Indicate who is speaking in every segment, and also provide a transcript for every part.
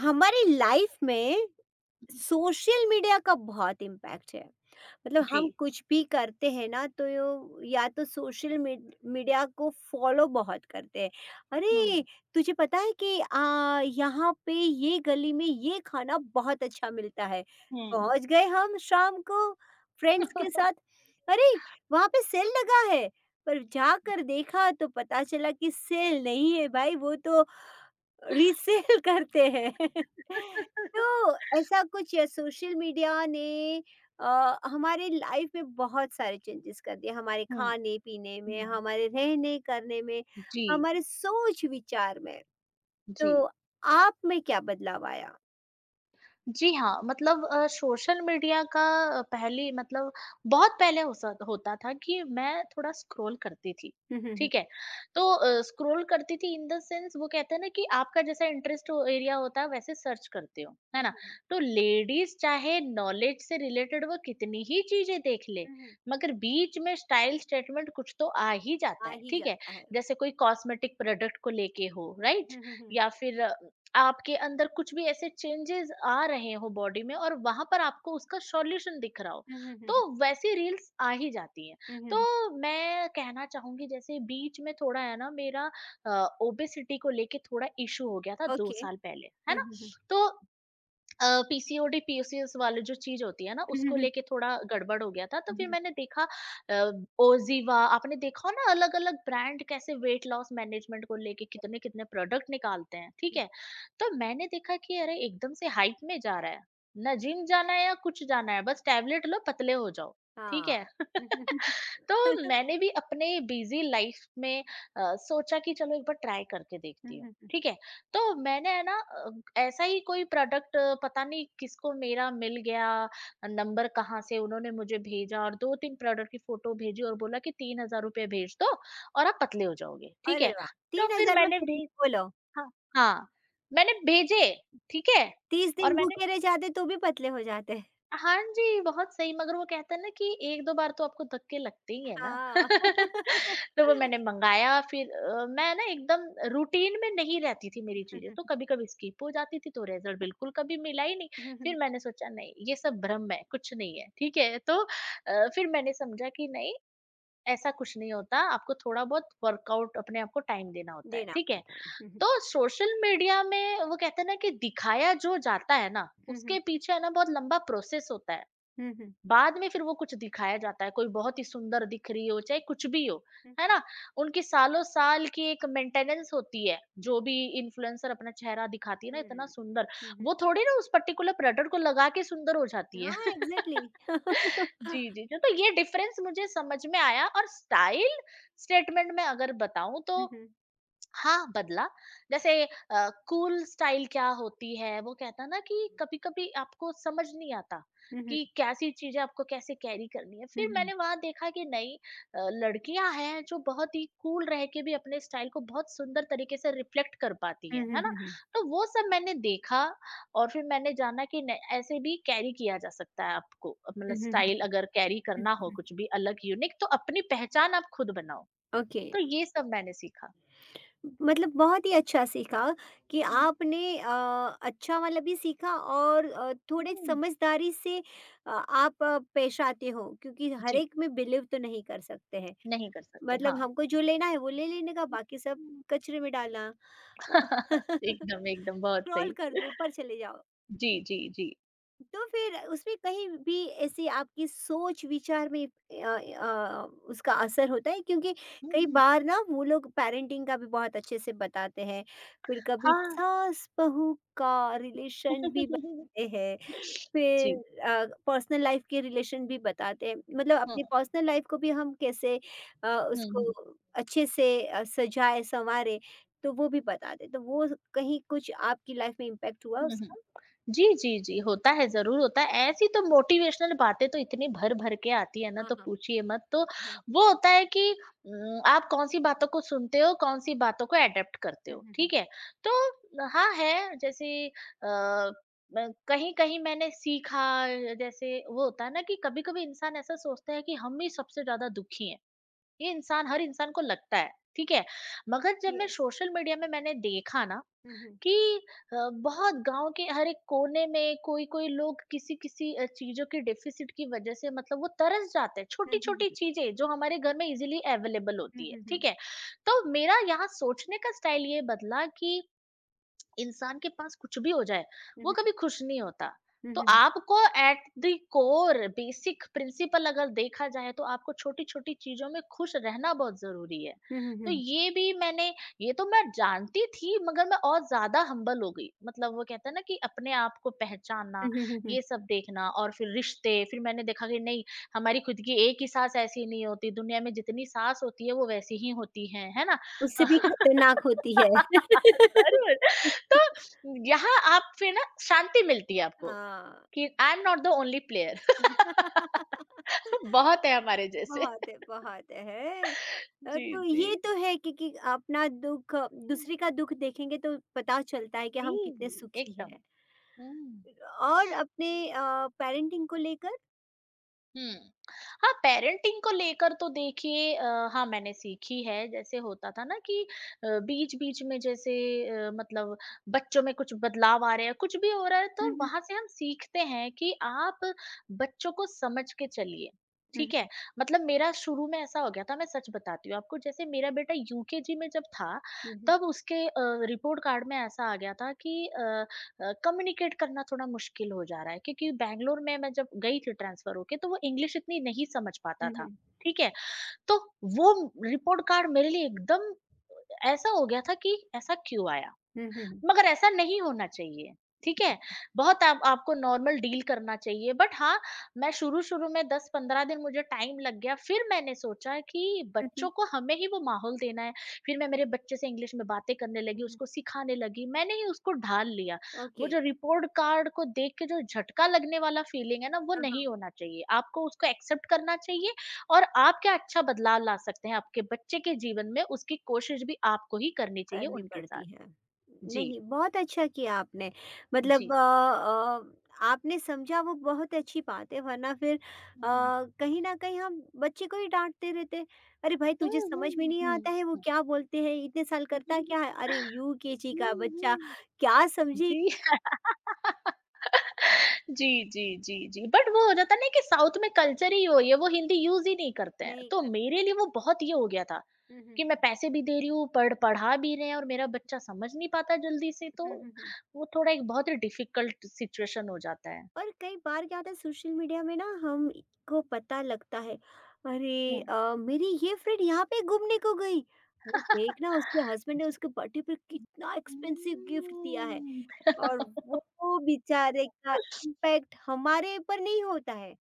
Speaker 1: हमारी लाइफ में social media का बहुत इम्पैक्ट है। मतलब
Speaker 2: जी।
Speaker 1: हम कुछ भी करते हैं ना तो या तो सोशल मीडिया को फॉलो बहुत करते हैं। अरे
Speaker 2: हुँ,
Speaker 1: तुझे पता है कि यहाँ पे ये गली में ये खाना बहुत अच्छा मिलता है।
Speaker 2: हुँ।
Speaker 1: पहुंच गए हम शाम को फ्रेंड्स के साथ। अरे वहाँ पे सेल लगा है। पर जाकर देखा तो पता चला कि सेल नहीं है भाई वो तो रीसेल करते हैं। तो ऐसा कुछ सोशल मीडिया ने हमारे लाइफ में बहुत सारे चेंजेस कर दिए, हमारे
Speaker 2: हुँ,
Speaker 1: खाने पीने में,
Speaker 2: हुँ।
Speaker 1: हमारे रहने करने में,
Speaker 2: जी,
Speaker 1: हमारे सोच विचार में।
Speaker 2: जी।
Speaker 1: तो आप में क्या बदलाव आया?
Speaker 2: जी हाँ, मतलब सोशल मीडिया का पहले मतलब बहुत पहले हो स होता था कि मैं थोड़ा स्क्रॉल करती थी,
Speaker 1: हम्म, हम्म, हम्म,
Speaker 2: ठीक है? तो स्क्रॉल करती थी इन द सेंस वो कहते हैं ना कि आपका जैसा इंटरेस्ट हो एरिया होता है वैसे सर्च करते हो, है ना?
Speaker 1: हम्म,
Speaker 2: तो लेडीज़ चाहे नॉलेज से रिलेटेड वो कितनी ही चीज़ें देख ले,
Speaker 1: हम्म।
Speaker 2: मगर बीच में स्टाइल स्टेटमेंट कुछ तो आ ही जाता
Speaker 1: आ
Speaker 2: है,
Speaker 1: ही
Speaker 2: ठीक है?
Speaker 1: जाता है।
Speaker 2: जैसे कोई कॉस्मेटिक प्रोडक्ट को लेके हो, राइट?
Speaker 1: हम्म, हम्म, हम्म,
Speaker 2: या फिर आपके अंदर कुछ भी ऐसे चेंजेस आ रहे हो बॉडी में और वहां पर आपको उसका सॉल्यूशन दिख रहा हो
Speaker 1: हम्म,
Speaker 2: तो
Speaker 1: हम्म,
Speaker 2: वैसी रील्स आ ही जाती हैं।
Speaker 1: हम्म।
Speaker 2: तो मैं कहना चाहूंगी जैसे बीच में थोड़ा है ना मेरा ओबेसिटी को लेके थोड़ा इशू हो गया था दो
Speaker 1: ओके।
Speaker 2: साल पहले है
Speaker 1: हम्म,
Speaker 2: ना।
Speaker 1: हम्म,
Speaker 2: तो पीसीओडी पीसीएस वाली जो चीज होती है ना
Speaker 1: हम्म,
Speaker 2: उसको
Speaker 1: हम्म,
Speaker 2: लेके थोड़ा गड़बड़ हो गया था तो फिर
Speaker 1: हम्म।
Speaker 2: मैंने देखा ओजीवा आपने देखा हो ना अलग अलग ब्रांड कैसे वेट लॉस मैनेजमेंट को लेके कितने कितने प्रोडक्ट निकालते हैं ठीक है। तो मैंने देखा कि अरे एकदम से हाइट में जा रहा है ना जिम जाना है या कुछ जाना है बस टेबलेट लो पतले हो जाओ ठीक
Speaker 1: हाँ।
Speaker 2: है।
Speaker 1: हम्म, हम्म,
Speaker 2: तो मैंने भी अपने बिजी लाइफ में सोचा कि चलो एक बार ट्राई करके देखती हूँ
Speaker 1: हम्म।
Speaker 2: ठीक है। तो मैंने ऐसा ही कोई प्रोडक्ट पता नहीं किसको मेरा मिल गया नंबर कहाँ से उन्होंने मुझे भेजा और 2-3 प्रोडक्ट की फोटो भेजी और बोला कि ₹3000 भेज दो और आप पतले हो जाओगे, ठीक
Speaker 1: अरे
Speaker 2: है?
Speaker 1: वाह,
Speaker 2: तो
Speaker 1: तीन
Speaker 2: फिर
Speaker 1: हजार में
Speaker 2: मैंने
Speaker 1: पतले,
Speaker 2: भी
Speaker 1: बोलो।
Speaker 2: हाँ, हाँ, मैंने भेजे, ठीक है?
Speaker 1: तीस
Speaker 2: और
Speaker 1: दिन
Speaker 2: मैंने
Speaker 1: भूखे रह जाते तो भी पतले हो जाते।
Speaker 2: हाँ जी, बहुत सही मगर वो कहते हैं ना कि 1-2 बार तो आपको धक्के लगते ही हैं ना।
Speaker 1: हाँ।
Speaker 2: तो वो मैंने मँगाया फिर मैं ना एकदम रूटीन में नहीं रहती थी मेरी चीज़ें, तो कभी-कभी स्किप हो जाती थी, तो रिज़ल्ट बिल्कुल कभी मिला ही नहीं। फिर मैंने सोचा नहीं, ये सब भ्रम है, कुछ नहीं है, ठीक है? तो फिर मैंने समझा कि नहीं, ऐसा कुछ नहीं होता, आपको थोड़ा बहुत वर्कआउट अपने आप को टाइम देना होता है,
Speaker 1: देना
Speaker 2: ठीक है?
Speaker 1: पड़ता है। हुँ, हुँ।
Speaker 2: तो सोशल मीडिया में वो कहते हैं ना कि दिखाया जो जाता है ना,
Speaker 1: हुँ, हुँ।
Speaker 2: उसके पीछे है ना बहुत लंबा प्रोसेस होता है।
Speaker 1: हुँ, हुँ।
Speaker 2: बाद में फिर वो कुछ दिखाया जाता है, कोई बहुत ही सुंदर दिख रही हो, चाहे कुछ भी हो,
Speaker 1: हुँ,
Speaker 2: है ना? उनकी सालों-साल की एक मेंटेनेंस होती है,
Speaker 1: हुँ,
Speaker 2: जो भी इन्फ्लुएंसर अपना चेहरा दिखाती है ना इतना
Speaker 1: हुँ।
Speaker 2: सुंदर,
Speaker 1: हुँ, हुँ।
Speaker 2: वो थोड़ी ना उस पर्टिकुलर प्रोडक्ट को लगा के सुंदर हो जाती है।
Speaker 1: हाँ, एग्ज़ैक्टली।
Speaker 2: जी, जी, जी, तो ये डिफरेंस मुझे समझ में आया और स्टाइल स्टेटमेंट में अगर बताऊँ तो
Speaker 1: हुँ, हुँ।
Speaker 2: हाँ, बदला। जैसे कूल स्टाइल क्या होती है, वो कहता है ना कि कभी-कभी आपको समझ नहीं आता
Speaker 1: हुँ, हुँ।
Speaker 2: कि कैसी चीज़ें आपको कैसे कैरी करनी है।
Speaker 1: हुँ,
Speaker 2: फिर
Speaker 1: हुँ।
Speaker 2: मैंने वहाँ देखा कि नहीं लड़कियाँ हैं जो बहुत ही कूल रह के भी अपने स्टाइल को बहुत सुंदर तरीके से रिफ्लेक्ट कर पाती
Speaker 1: हुँ,
Speaker 2: हैं,
Speaker 1: हुँ,
Speaker 2: है ना?
Speaker 1: हुँ, हुँ।
Speaker 2: तो वो सब मैंने देखा और फिर मैंने जाना कि न ऐसे भी कैरी किया जा सकता है आपको मतलब
Speaker 1: हुँ, हुँ, हुँ।
Speaker 2: स्टाइल अगर कैरी
Speaker 1: हुँ, हुँ,
Speaker 2: करना हो
Speaker 1: हुँ।
Speaker 2: कुछ भी अलग यूनिक तो अपनी पहचान आप खुद बनाओ।
Speaker 1: ओके।
Speaker 2: तो ये सब मैंने सीखा।
Speaker 1: मतलब बहुत ही अच्छा सीखा कि
Speaker 2: हुँ।
Speaker 1: आपने अच्छा वाला भी सीखा, और थोड़े
Speaker 2: हुँ।
Speaker 1: समझदारी से आप पेश आते हो, क्योंकि हर
Speaker 2: जी,
Speaker 1: एक में बिलीव तो नहीं कर सकते हैं।
Speaker 2: नहीं कर सकते,
Speaker 1: मतलब
Speaker 2: हाँ।
Speaker 1: हमको जो लेना है वो ले लेने का, बाकी सब
Speaker 2: हुँ।
Speaker 1: कचरे में डालना।
Speaker 2: एकदम,
Speaker 1: स्क्रॉल
Speaker 2: एकदम बहुत सही।
Speaker 1: कर दो, ऊपर चले जाओ।
Speaker 2: जी, जी, जी।
Speaker 1: तो फिर उसमें कहीं भी ऐसी आपकी सोच विचार में उसका असर होता है, क्योंकि
Speaker 2: हुँ,
Speaker 1: कई
Speaker 2: हुँ।
Speaker 1: बार ना वो लोग पेरेंटिंग का भी बहुत अच्छे से बताते हैं। फिर कभी
Speaker 2: हाँ।
Speaker 1: सास बहू का रिलेशन भी बताते हैं।
Speaker 2: जी।
Speaker 1: फिर पर्सनल लाइफ के रिलेशन भी बताते हैं। मतलब
Speaker 2: हुँ, हुँ,
Speaker 1: अपनी पर्सनल लाइफ को भी हम कैसे उसको
Speaker 2: हुँ।
Speaker 1: अच्छे से सजाए संवारे, तो वो भी बताते, तो वो कहीं कुछ आपकी लाइफ में इम्पैक्ट हुआ
Speaker 2: हुँ,
Speaker 1: उसका।
Speaker 2: हुँ। जी, जी, जी, होता है, ज़रूर होता है। ऐसी तो मोटिवेशनल बातें तो इतनी भर-भर के आती है ना,
Speaker 1: हाँ,
Speaker 2: तो
Speaker 1: हाँ।
Speaker 2: पूछिए मत। तो
Speaker 1: हम्म,
Speaker 2: वो होता है कि आप कौन-सी बातों को सुनते हो, कौन-सी बातों को एडॉप्ट करते
Speaker 1: हम्म,
Speaker 2: हो,
Speaker 1: हम्म, हम्म।
Speaker 2: ठीक है? तो हाँ, है जैसे अ, म कहीं-कहीं मैंने सीखा जैसे वो होता है ना कि कभी-कभी इंसान ऐसा सोचता है कि हम ही सबसे ज़्यादा दुखी हैं। ये इंसान हर इंसान को लगता है, ठीक है? मगर जब मैं
Speaker 1: Yes।
Speaker 2: सोशल मीडिया में मैंने देखा ना
Speaker 1: हुँ, हुँ।
Speaker 2: कि अ, बहुत गांव के हर एक कोने में कोई-कोई लोग किसी-किसी चीज़ों की डेफ़िसिट की वजह से मतलब वो तरस जाते हैं,
Speaker 1: हुँ,
Speaker 2: छोटी-छोटी
Speaker 1: हुँ,
Speaker 2: चीज़ें जो हमारे घर में इज़िली अवेलेबल होती है,
Speaker 1: हुँ।
Speaker 2: ठीक है? तो मेरा यहाँ सोचने का स्टाइल ये बदला कि इंसान के पास कुछ भी हो जाए,
Speaker 1: हुँ, हुँ,
Speaker 2: वो
Speaker 1: हुँ।
Speaker 2: कभी खुश नहीं होता।
Speaker 1: हुँ,
Speaker 2: तो
Speaker 1: हुँ।
Speaker 2: आपको at the core basic principle अगर देखा जाए तो आपको छोटी-छोटी चीज़ों में खुश रहना बहुत ज़रूरी है।
Speaker 1: हुँ, हुँ। हुँ, हुँ,
Speaker 2: तो
Speaker 1: हुँ।
Speaker 2: ये भी मैंने ये तो मैं जानती थी मगर मैं और ज़्यादा हम्बल हो गई। मतलब वो कहते हैं ना कि अपने आप को पहचानना,
Speaker 1: हुँ, हुँ, हुँ, हुँ।
Speaker 2: ये सब देखना और फिर रिश्ते, फिर मैंने देखा कि नहीं हमारी खुद की एक ही साँस ऐसी नहीं होती, दुनिया में जितनी साँस होती है वो वैसी ही होती हैं, है ना?
Speaker 1: उससे भी खतरनाक होती है।
Speaker 2: ज़रूर। तो यहाँ आप फिर ना शांति मिलती है आपको
Speaker 1: हाँ।
Speaker 2: कि I am not the only player. बहुत है हमारे जैसे।
Speaker 1: बहुत है, बहुत है।
Speaker 2: जी,
Speaker 1: तो
Speaker 2: जी।
Speaker 1: ये तो है कि अपना दुःख,
Speaker 2: हुँ,
Speaker 1: दूसरे का दुःख देखेंगे तो पता चलता है कि
Speaker 2: जी,
Speaker 1: हम कितने सुखी हैं।
Speaker 2: एकदम। हुँ।
Speaker 1: और अपने पेरेंटिंग को लेकर?
Speaker 2: हुँ। हाँ, पेरेंटिंग को लेकर तो देखिए हाँ, मैंने सीखी है। जैसे होता था ना कि बीच-बीच में जैसे मतलब बच्चों में कुछ बदलाव आ रहे हैं, कुछ भी हो रहा है
Speaker 1: हुँ,
Speaker 2: तो
Speaker 1: हुँ।
Speaker 2: वहाँ से हम सीखते हैं कि आप बच्चों को समझ के चलिए।
Speaker 1: हुँ,
Speaker 2: ठीक है?
Speaker 1: हुँ।
Speaker 2: मतलब मेरा शुरू में ऐसा हो गया था, मैं सच बताती हूँ आपको। जैसे मेरा बेटा यूकेजी में जब था,
Speaker 1: हुँ, हुँ।
Speaker 2: तब उसके रिपोर्ट कार्ड में ऐसा आ गया था कि कम्युनिकेट करना थोड़ा मुश्किल हो जा रहा है क्योंकि बैंगलोर में मैं जब गई थी ट्रांसफर होके तो वो इंग्लिश इतनी नहीं समझ पाता
Speaker 1: हुँ,
Speaker 2: था
Speaker 1: हुँ।
Speaker 2: ठीक है। तो वो रिपोर्ट कार्ड मेरे लिए एकदम ऐसा हो गया था कि ऐसा क्यों आया
Speaker 1: हुँ, हुँ।
Speaker 2: मगर ऐसा नहीं होना चाहिए, ठीक है? बहुत आप आपको नॉर्मल डील करना चाहिए बट हाँ, मैं शुरू-शुरू में 10-15 दिन मुझे टाइम लग गया, फिर मैंने सोचा कि
Speaker 1: हुँ,
Speaker 2: बच्चों
Speaker 1: हुँ।
Speaker 2: को हमें ही वो माहौल देना है। फिर मैं मेरे बच्चे से इंग्लिश में बातें करने
Speaker 1: हुँ,
Speaker 2: लगी,
Speaker 1: हुँ।
Speaker 2: उसको सिखाने लगी, मैंने ही उसको ढाल लिया। वो
Speaker 1: ओके।
Speaker 2: जो रिपोर्ट कार्ड को देख के जो झटका लगने वाला फीलिंग है ना, वो
Speaker 1: हाँ,
Speaker 2: नहीं
Speaker 1: हाँ।
Speaker 2: होना चाहिए। आपको उसको एक्सेप्ट करना चाहिए और आप क्या अच्छा बदलाव ला सकते हैं आपके बच्चे के जीवन में, उसकी कोशिश भी आपको ही करनी चाहिए
Speaker 1: करनी
Speaker 2: उनके
Speaker 1: पड़ती
Speaker 2: साथ।
Speaker 1: है।
Speaker 2: जी।
Speaker 1: नहीं, बहुत अच्छा किया आपने। मतलब
Speaker 2: जी।
Speaker 1: आपने समझा, वो बहुत अच्छी बात है, वरना फिर
Speaker 2: हुँ,
Speaker 1: कहीं न कहीं हम बच्चे को ही डाँटते रहते। अरे भाई, तुझे
Speaker 2: हुँ,
Speaker 1: समझ में
Speaker 2: हुँ,
Speaker 1: नहीं आता है वो
Speaker 2: हुँ।
Speaker 1: क्या बोलते हैं? इतने साल करता क्या है? अरे, यूकेजी का
Speaker 2: हुँ,
Speaker 1: बच्चा
Speaker 2: हुँ।
Speaker 1: क्या समझे?
Speaker 2: जी। जी, जी, जी, जी। बट वो हो जाता है ना कि साउथ में कल्चर ही वही है, वो हिंदी यूज़ ही नहीं करते हैं।
Speaker 1: नहीं
Speaker 2: तो
Speaker 1: करता है।
Speaker 2: मेरे लिए वो बहुत ये हो गया था
Speaker 1: हुँ, हुँ।
Speaker 2: कि मैं पैसे भी दे रही हूँ, पढ़ पढ़ा भी रहे हैं और मेरा बच्चा समझ नहीं पाता जल्दी से, तो
Speaker 1: हुँ, हुँ, हुँ।
Speaker 2: वो थोड़ा एक बहुत ही डिफ़िकल्ट सिचुएशन हो जाता है।
Speaker 1: और कई बार क्या होता है, सोशल मीडिया में ना हम को पता लगता है। अरे,
Speaker 2: हुँ।
Speaker 1: मेरी ये फ्रेंड यहाँ पे घूमने को गई। अरे देखना, उसके हस्बैंड ने उसके बर्थडे पर कितना एक्सपेंसिव गिफ्ट दिया है।
Speaker 2: हुँ।
Speaker 1: और वो बेचारे
Speaker 2: हुँ।
Speaker 1: का इम्पैक्ट हमारे पर नहीं होता है।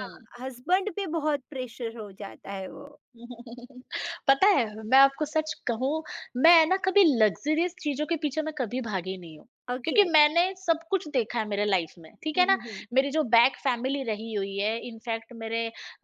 Speaker 1: हाँ, हस्बैंड पे बहुत प्रेशर हो जाता है वो।
Speaker 2: पता है, मैं आपको सच कहूँ, मैं ना कभी लग्ज़रियस चीज़ों के पीछे मैं कभी भागी नहीं हूँ।
Speaker 1: ओके।
Speaker 2: क्योंकि मैंने सब कुछ देखा है मेरे लाइफ़ में, ठीक है ना?
Speaker 1: हम्म।
Speaker 2: मेरी जो बैक फैमिली रही हुई है, इनफैक्ट मेरे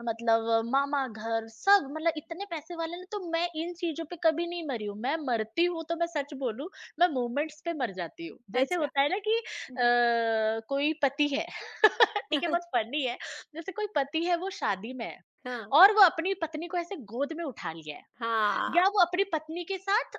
Speaker 2: मतलब मामा घर, सब मतलब इतने पैसे वाले ना तो मैं इन चीज़ों पे कभी नहीं मरी हूँ। मैं मरती हूँ तो मैं सच बोलूँ, मैं मोमेंट्स पे मर जाती हूँ। जैसे
Speaker 1: अच्छा।
Speaker 2: होता है ना कि
Speaker 1: हम्म।
Speaker 2: कोई पति है, ठीक है, बहुत फ़नी है। जैसे कोई पति है वो शादी में है,
Speaker 1: हाँ,
Speaker 2: और वो अपनी पत्नी को ऐसे गोद में उठा लिया है
Speaker 1: हाँ,
Speaker 2: या वो अपनी पत्नी के साथ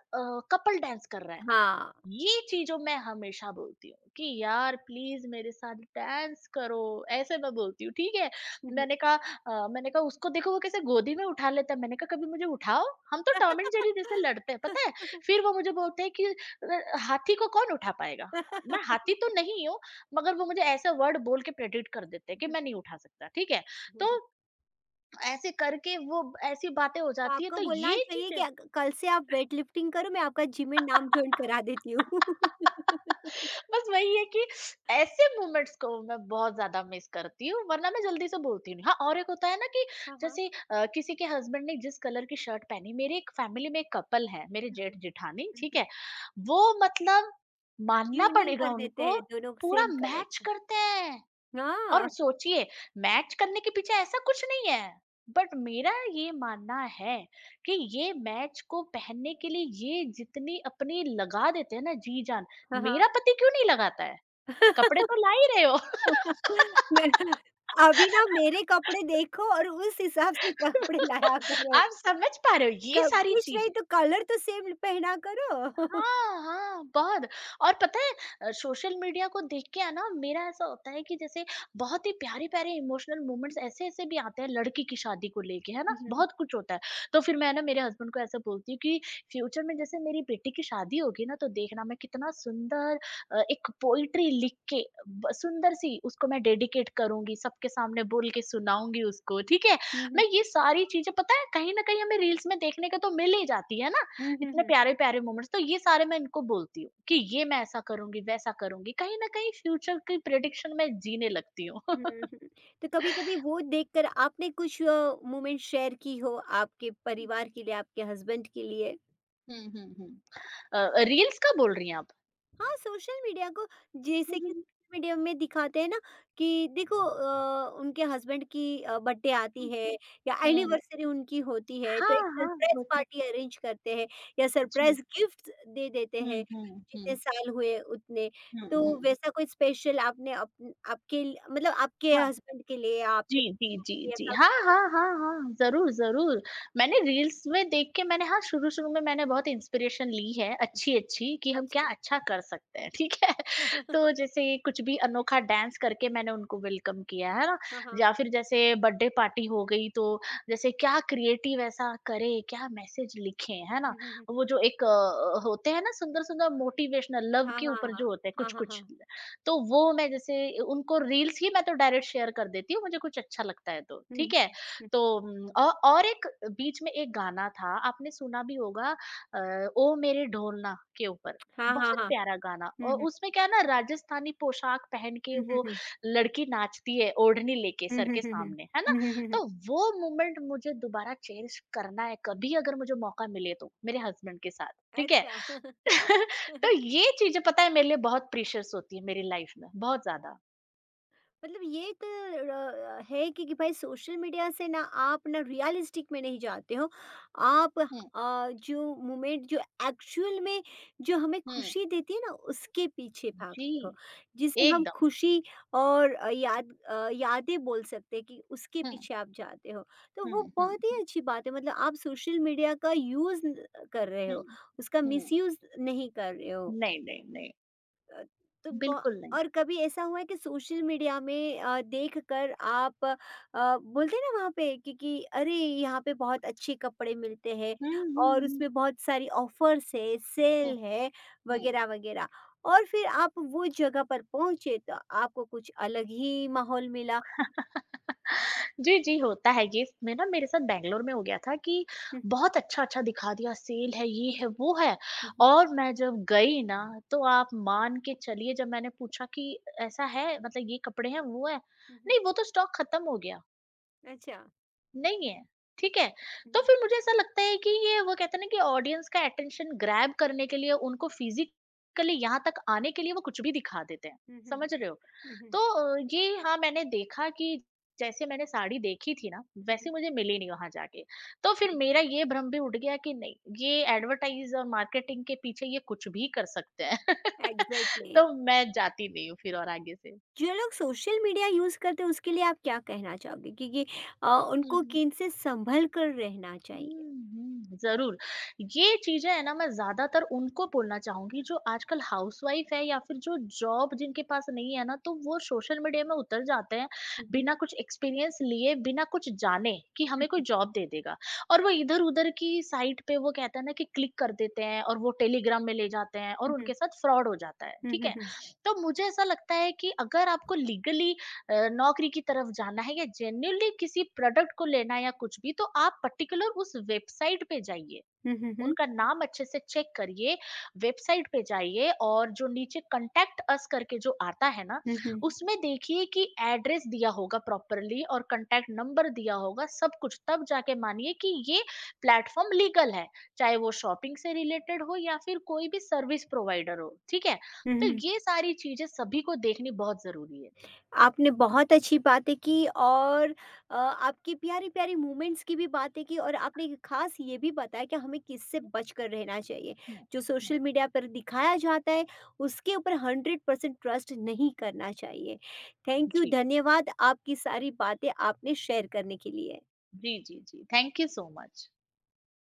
Speaker 2: कपल डांस कर रहा है।
Speaker 1: हाँ।
Speaker 2: ये चीजों मैं हमेशा बोलती हूँ कि यार प्लीज मेरे साथ डांस करो, ऐसे मैं बोलती हूँ ठीक है।
Speaker 1: हम्म।
Speaker 2: मैंने कहा मैंने कहा उसको देखो वो कैसे गोदी में उठा लेता है, मैंने कहा कभी मुझे उठाओ। हम तो टॉम एंड जेरी जैसे लड़ते हैं पता है। फिर वो मुझे बोलते हैं कि हाथी को कौन उठा पाएगा। मैं हाथी तो नहीं हूँ मगर वो मुझे ऐसा वर्ड बोल के प्रेडिक्ट कर देते हैं कि मैं नहीं उठा सकता ठीक है। तो ऐसे करके वो ऐसी बातें हो
Speaker 1: तो
Speaker 2: जाती है
Speaker 1: आपको
Speaker 2: तो
Speaker 1: बोलना
Speaker 2: ये
Speaker 1: चाहिए कि
Speaker 2: चीजें।
Speaker 1: अग कल से आप वेट लिफ्टिंग करो, मैं आपका जिम में नाम जॉइन करा देती हूँ।
Speaker 2: बस वही है कि ऐसे मोमेंट्स को मैं बहुत ज्यादा मिस करती हूँ वरना मैं जल्दी से बोलती नहीं हाँ। और एक होता है ना कि
Speaker 1: हाँ, हाँ।
Speaker 2: जैसे किसी के हस्बैंड ने जिस कलर की शर्ट पहनी, मेरे एक फैमिली में एक कपल है, मेरे
Speaker 1: हुँ, हुँ,
Speaker 2: जेठ जेठानी,
Speaker 1: हुँ,
Speaker 2: ठीक
Speaker 1: हुँ।
Speaker 2: है। वो मतलब मानना
Speaker 1: ट्यूनिंग
Speaker 2: पड़ेगा
Speaker 1: कर देते
Speaker 2: उनको,
Speaker 1: हैं दोनों
Speaker 2: पूरा
Speaker 1: सेम कलर
Speaker 2: मैच
Speaker 1: का।
Speaker 2: करते हैं।
Speaker 1: हाँ,
Speaker 2: और सोचिए मैच करने के पीछे ऐसा कुछ नहीं है बट मेरा ये मानना है कि ये मैच को पहनने के लिए ये जितनी अपनी लगा देते हैं ना जी जान,
Speaker 1: हाँ, हाँ।
Speaker 2: मेरा पति क्यों नहीं लगाता है? कपड़े तो ला ही रहे हो।
Speaker 1: मैं अभी ना, मेरे कपड़े देखो और उस हिसाब से कपड़े लाया करो।
Speaker 2: आप समझ पा रहे हो
Speaker 1: क
Speaker 2: ये सारी
Speaker 1: कुछ नहीं
Speaker 2: चीजें।
Speaker 1: तो कलर तो सेम पहना करो।
Speaker 2: हाँ, हाँ, बहुत। और पता है सोशल मीडिया को देख के है ना मेरा ऐसा होता है कि जैसे बहुत ही प्यारे-प्यारे इमोशनल मोमेंट्स ऐसे-ऐसे भी आते हैं लड़की की शादी को लेके, है ना?
Speaker 1: हुँ, हुँ, हुँ।
Speaker 2: बहुत कुछ होता है। तो फिर मैं ना मेरे हस्बैंड को ऐसा बोलती हूँ कि फ्यूचर में जैसे मेरी बेटी की शादी होगी ना तो देखना मैं कितना सुंदर एक पोएट्री लिख के ब सुंदर-सी उसको मैं डेडिकेट करूँगी, सबके सामने बोल के सुनाऊँगी उसको, ठीक है?
Speaker 1: हुँ, हुँ।
Speaker 2: मैं ये सारी चीज़ें पता है कहीं न कहीं हमें रील्स में देखने को तो मिल ही जाती है ना?
Speaker 1: हुँ, हुँ,
Speaker 2: इतने
Speaker 1: हुँ।
Speaker 2: प्यारे-प्यारे मोमेंट्स तो ये सारे मैं इनको बोलती हूँ कि ये मैं ऐसा करूँगी, वैसा करूँगी। कहीं न कहीं फ्यूचर की प्रेडिक्शन मैं जीने लगती हूँ।
Speaker 1: हुँ, हुँ। तो कभी-कभी वो देखकर आपने कुछ मोमेंट शेयर की हो आपके परिवार के लिए, आपके हस्बैंड के लिए?
Speaker 2: हुँ, हुँ, हुँ। अ, रील्स का बोल रही हैं आप?
Speaker 1: हाँ, सोशल मीडिया को,
Speaker 2: हुँ,
Speaker 1: जैसे कि
Speaker 2: हुँ,
Speaker 1: सोशल मीडिया में दिखाते हैं ना कि देखो उनके हस्बैंड की बर्थडे आती
Speaker 2: हुँ,
Speaker 1: है या
Speaker 2: हुँ। हुँ।
Speaker 1: एनिवर्सरी उनकी होती है, तो
Speaker 2: हाँ,
Speaker 1: एक
Speaker 2: हाँ,
Speaker 1: सरप्राइज़
Speaker 2: होता है।
Speaker 1: पार्टी अरेंज करते हैं या
Speaker 2: जी।
Speaker 1: सरप्राइज़ गिफ्ट्स दे देते
Speaker 2: हुँ,
Speaker 1: हैं,
Speaker 2: हुँ,
Speaker 1: जितने
Speaker 2: हुँ,
Speaker 1: साल हुए उतने।
Speaker 2: हुँ,
Speaker 1: तो
Speaker 2: हुँ।
Speaker 1: वैसा कोई स्पेशल आपने अप आपके ल मतलब आपके हस्बैंड के लिए या
Speaker 2: जी,
Speaker 1: आपके
Speaker 2: जी, जी,
Speaker 1: लिए
Speaker 2: जी।
Speaker 1: ऐसा
Speaker 2: हाँ, हाँ, हाँ, हाँ, ज़रूर, ज़रूर। मैंने रील्स में देख के मैंने हाँ, शुरू-शुरू में मैंने बहुत इंस्पिरेशन ली है अच्छी-अच्छी कि हम
Speaker 1: कुछ?
Speaker 2: क्या अच्छा कर सकते हैं, ठीक है? तो जैसे कुछ भी अनोखा डांस करके मैंने उनको वेलकम किया, है ना?
Speaker 1: 哈哈，
Speaker 2: या फिर जैसे बर्थडे पार्टी हो गई तो जैसे क्या क्रिएटिव ऐसा करें, क्या मैसेज लिखें, है ना? वो जो एक होते हैं ना सुंदर-सुंदर मोटिवेशनल
Speaker 1: 哈
Speaker 2: लव
Speaker 1: 哈，
Speaker 2: के ऊपर जो होते हैं
Speaker 1: 哈，哈哈，哈，哈哈，
Speaker 2: कुछ-कुछ।
Speaker 1: 哈，
Speaker 2: तो वो मैं जैसे उनको रील्स ही मैं तो डायरेक्ट शेयर कर देती हूँ, मुझे कुछ अच्छा लगता है तो, ठीक है? तो औ और एक बीच में एक गाना था, आपने सुना भी होगा। ओ मेरे ढोलना के ऊपर।
Speaker 1: 哈哈，
Speaker 2: बहुत
Speaker 1: 哈，
Speaker 2: प्यारा गाना और उसमें क्या है ना राजस्थानी पोशाक पहन के वो लड़की नाचती है ओढ़नी लेके सर के सामने, है ना? तो वो मोमेंट मुझे दोबारा चेरिश करना है, कभी अगर मुझे मौका मिले तो, मेरे हस्बैंड के साथ, ठीक है?
Speaker 1: 哈哈，
Speaker 2: तो
Speaker 1: 哈。
Speaker 2: ये चीज़ें पता है मेरे लिए बहुत प्रीशियस होती है मेरी लाइफ में, बहुत ज़्यादा।
Speaker 1: मतलब ये तो है कि, भाई सोशल मीडिया से ना आप ना रियलिस्टिक में नहीं जाते हो आप,
Speaker 2: हुँ,
Speaker 1: जो मोमेंट, जो एक्चुअल में जो हमें
Speaker 2: हुँ।
Speaker 1: खुशी देती है ना, उसके पीछे
Speaker 2: जी,
Speaker 1: भागते हो, जिसे हम
Speaker 2: एकदम।
Speaker 1: खुशी और यादें बोल सकते हैं, कि उसके
Speaker 2: हुँ,
Speaker 1: पीछे आप जाते हो, तो
Speaker 2: हुँ,
Speaker 1: वो
Speaker 2: हुँ,
Speaker 1: बहुत ही
Speaker 2: हुँ,
Speaker 1: अच्छी बात है। मतलब आप सोशल मीडिया का यूज़ कर रहे
Speaker 2: हुँ,
Speaker 1: हो, उसका
Speaker 2: हुँ।
Speaker 1: मिसयूज़ नहीं कर रहे हो।
Speaker 2: नहीं, नहीं, नहीं,
Speaker 1: अ, तो ब
Speaker 2: बिल्कुल नहीं।
Speaker 1: और कभी ऐसा हुआ है कि सोशल मीडिया में देखकर आप बोलते हैं ना वहाँ पे कि अरे, यहाँ पे बहुत अच्छे कपड़े मिलते हैं
Speaker 2: हुँ, हुँ,
Speaker 1: और
Speaker 2: हुँ,
Speaker 1: उसमें बहुत सारी ऑफ़र्स है,
Speaker 2: हुँ,
Speaker 1: सेल है
Speaker 2: हुँ।
Speaker 1: वग़ैरह, वग़ैरह, और फिर आप वो जगह पर पहुँचे तो आपको कुछ अलग ही माहौल मिला?
Speaker 2: जी, जी, होता है ये। मैं ना मेरे साथ बैंगलोर में हो गया था कि
Speaker 1: हुँ,
Speaker 2: बहुत अच्छा-अच्छा दिखा दिया सेल है, ये है, वो है।
Speaker 1: हुँ, हुँ।
Speaker 2: और मैं जब गई ना तो आप मान के चलिए जब मैंने पूछा कि ऐसा है मतलब ये कपड़े हैं, वो है,
Speaker 1: हुँ, हुँ।
Speaker 2: नहीं वो तो स्टॉक खत्म हो गया।
Speaker 1: अच्छा।
Speaker 2: नहीं है, ठीक है?
Speaker 1: हुँ,
Speaker 2: तो फिर मुझे ऐसा लगता है कि ये वो कहते हैं ना कि ऑडियंस का अटेंशन ग्रैब करने के लिए उनको फिज़िकली यहाँ तक आने के लिए वो कुछ भी दिखा देते हैं,
Speaker 1: हुँ, हुँ,
Speaker 2: समझ
Speaker 1: हुँ,
Speaker 2: रहे हो?
Speaker 1: हुँ, हुँ,
Speaker 2: तो ये हाँ, मैंने देखा कि जैसे मैंने साड़ी देखी थी ना,
Speaker 1: हुँ, हुँ,
Speaker 2: वैसे मुझे मिली नहीं वहाँ जाके। तो फिर
Speaker 1: हुँ,
Speaker 2: मेरा ये भ्रम भी उठ गया कि नहीं, ये एडवर्टाइज़ और मार्केटिंग के पीछे ये कुछ भी कर सकते हैं।
Speaker 1: एग्ज़ैक्टली।
Speaker 2: तो मैं जाती नहीं हूँ फिर और आगे से।
Speaker 1: जो लोग सोशल मीडिया यूज़ करते हैं उसके लिए आप क्या कहना चाहोगे? क्योंकि अ,
Speaker 2: हुँ,
Speaker 1: उनको
Speaker 2: हुँ।
Speaker 1: किन से संभल कर रहना चाहिए?
Speaker 2: हुँ, हुँ, ज़रूर। ये चीज़ें है ना मैं ज़्यादातर उनको बोलना चाहूँगी जो आजकल हाउसवाइफ़ है या फिर जो जॉब जिनके पास नहीं है ना तो वो सोशल मीडिया में उतर जाते हैं,
Speaker 1: हुँ, हुँ।
Speaker 2: बिना कुछ एक्सपीरियंस लिए, बिना कुछ जाने कि हमें कोई जॉब दे देगा। और वो इधर-उधर की साइट पे वो कहते हैं ना कि क्लिक कर देते हैं और वो टेलीग्राम में ले जाते हैं और
Speaker 1: हुँ,
Speaker 2: उनके साथ फ्रॉड हो जाता है,
Speaker 1: हुँ,
Speaker 2: ठीक
Speaker 1: हुँ,
Speaker 2: है?
Speaker 1: हुँ,
Speaker 2: तो मुझे ऐसा लगता है कि अगर आपको लीगली नौकरी की तरफ जाना है या जेन्युइनली किसी प्रोडक्ट को लेना है या कुछ भी तो आप पर्टिकुलर उस वेबसाइट पे जाइए,
Speaker 1: हुँ, हुँ, हुँ, हुँ,
Speaker 2: उनका नाम अच्छे से चेक करिए, वेबसाइट पे जाइए और जो नीचे कंटेक्ट अस करके जो आता है ना
Speaker 1: हुँ, हुँ,
Speaker 2: उसमें देखिए कि एड्रेस दिया होगा प्रॉपरली और कंटेक्ट नंबर दिया होगा सब कुछ, तब जाके मानिए कि ये प्लेटफॉर्म लीगल है, चाहे वो शॉपिंग से रिलेटेड हो या फिर कोई भी सर्विस प्रोवाइडर हो, ठीक है।
Speaker 1: हुँ,
Speaker 2: तो
Speaker 1: हुँ।
Speaker 2: ये सारी चीजें सभी को देखनी बहुत जरूरी है।
Speaker 1: आपने बहुत अच्छी बातें की और आपकी प्यारी-प्यारी मोमेंट्स की भी बातें की, और आपने ख़ास ये भी बताया कि हमें किससे बचकर रहना चाहिए।
Speaker 2: हुँ,
Speaker 1: जो
Speaker 2: हुँ।
Speaker 1: सोशल मीडिया पर दिखाया जाता है उसके ऊपर 100% ट्रस्ट नहीं करना चाहिए। थैंक यू,
Speaker 2: जी।
Speaker 1: धन्यवाद आपकी सारी बातें आपने शेयर करने के लिए।
Speaker 2: जी, जी, जी। Thank you so much.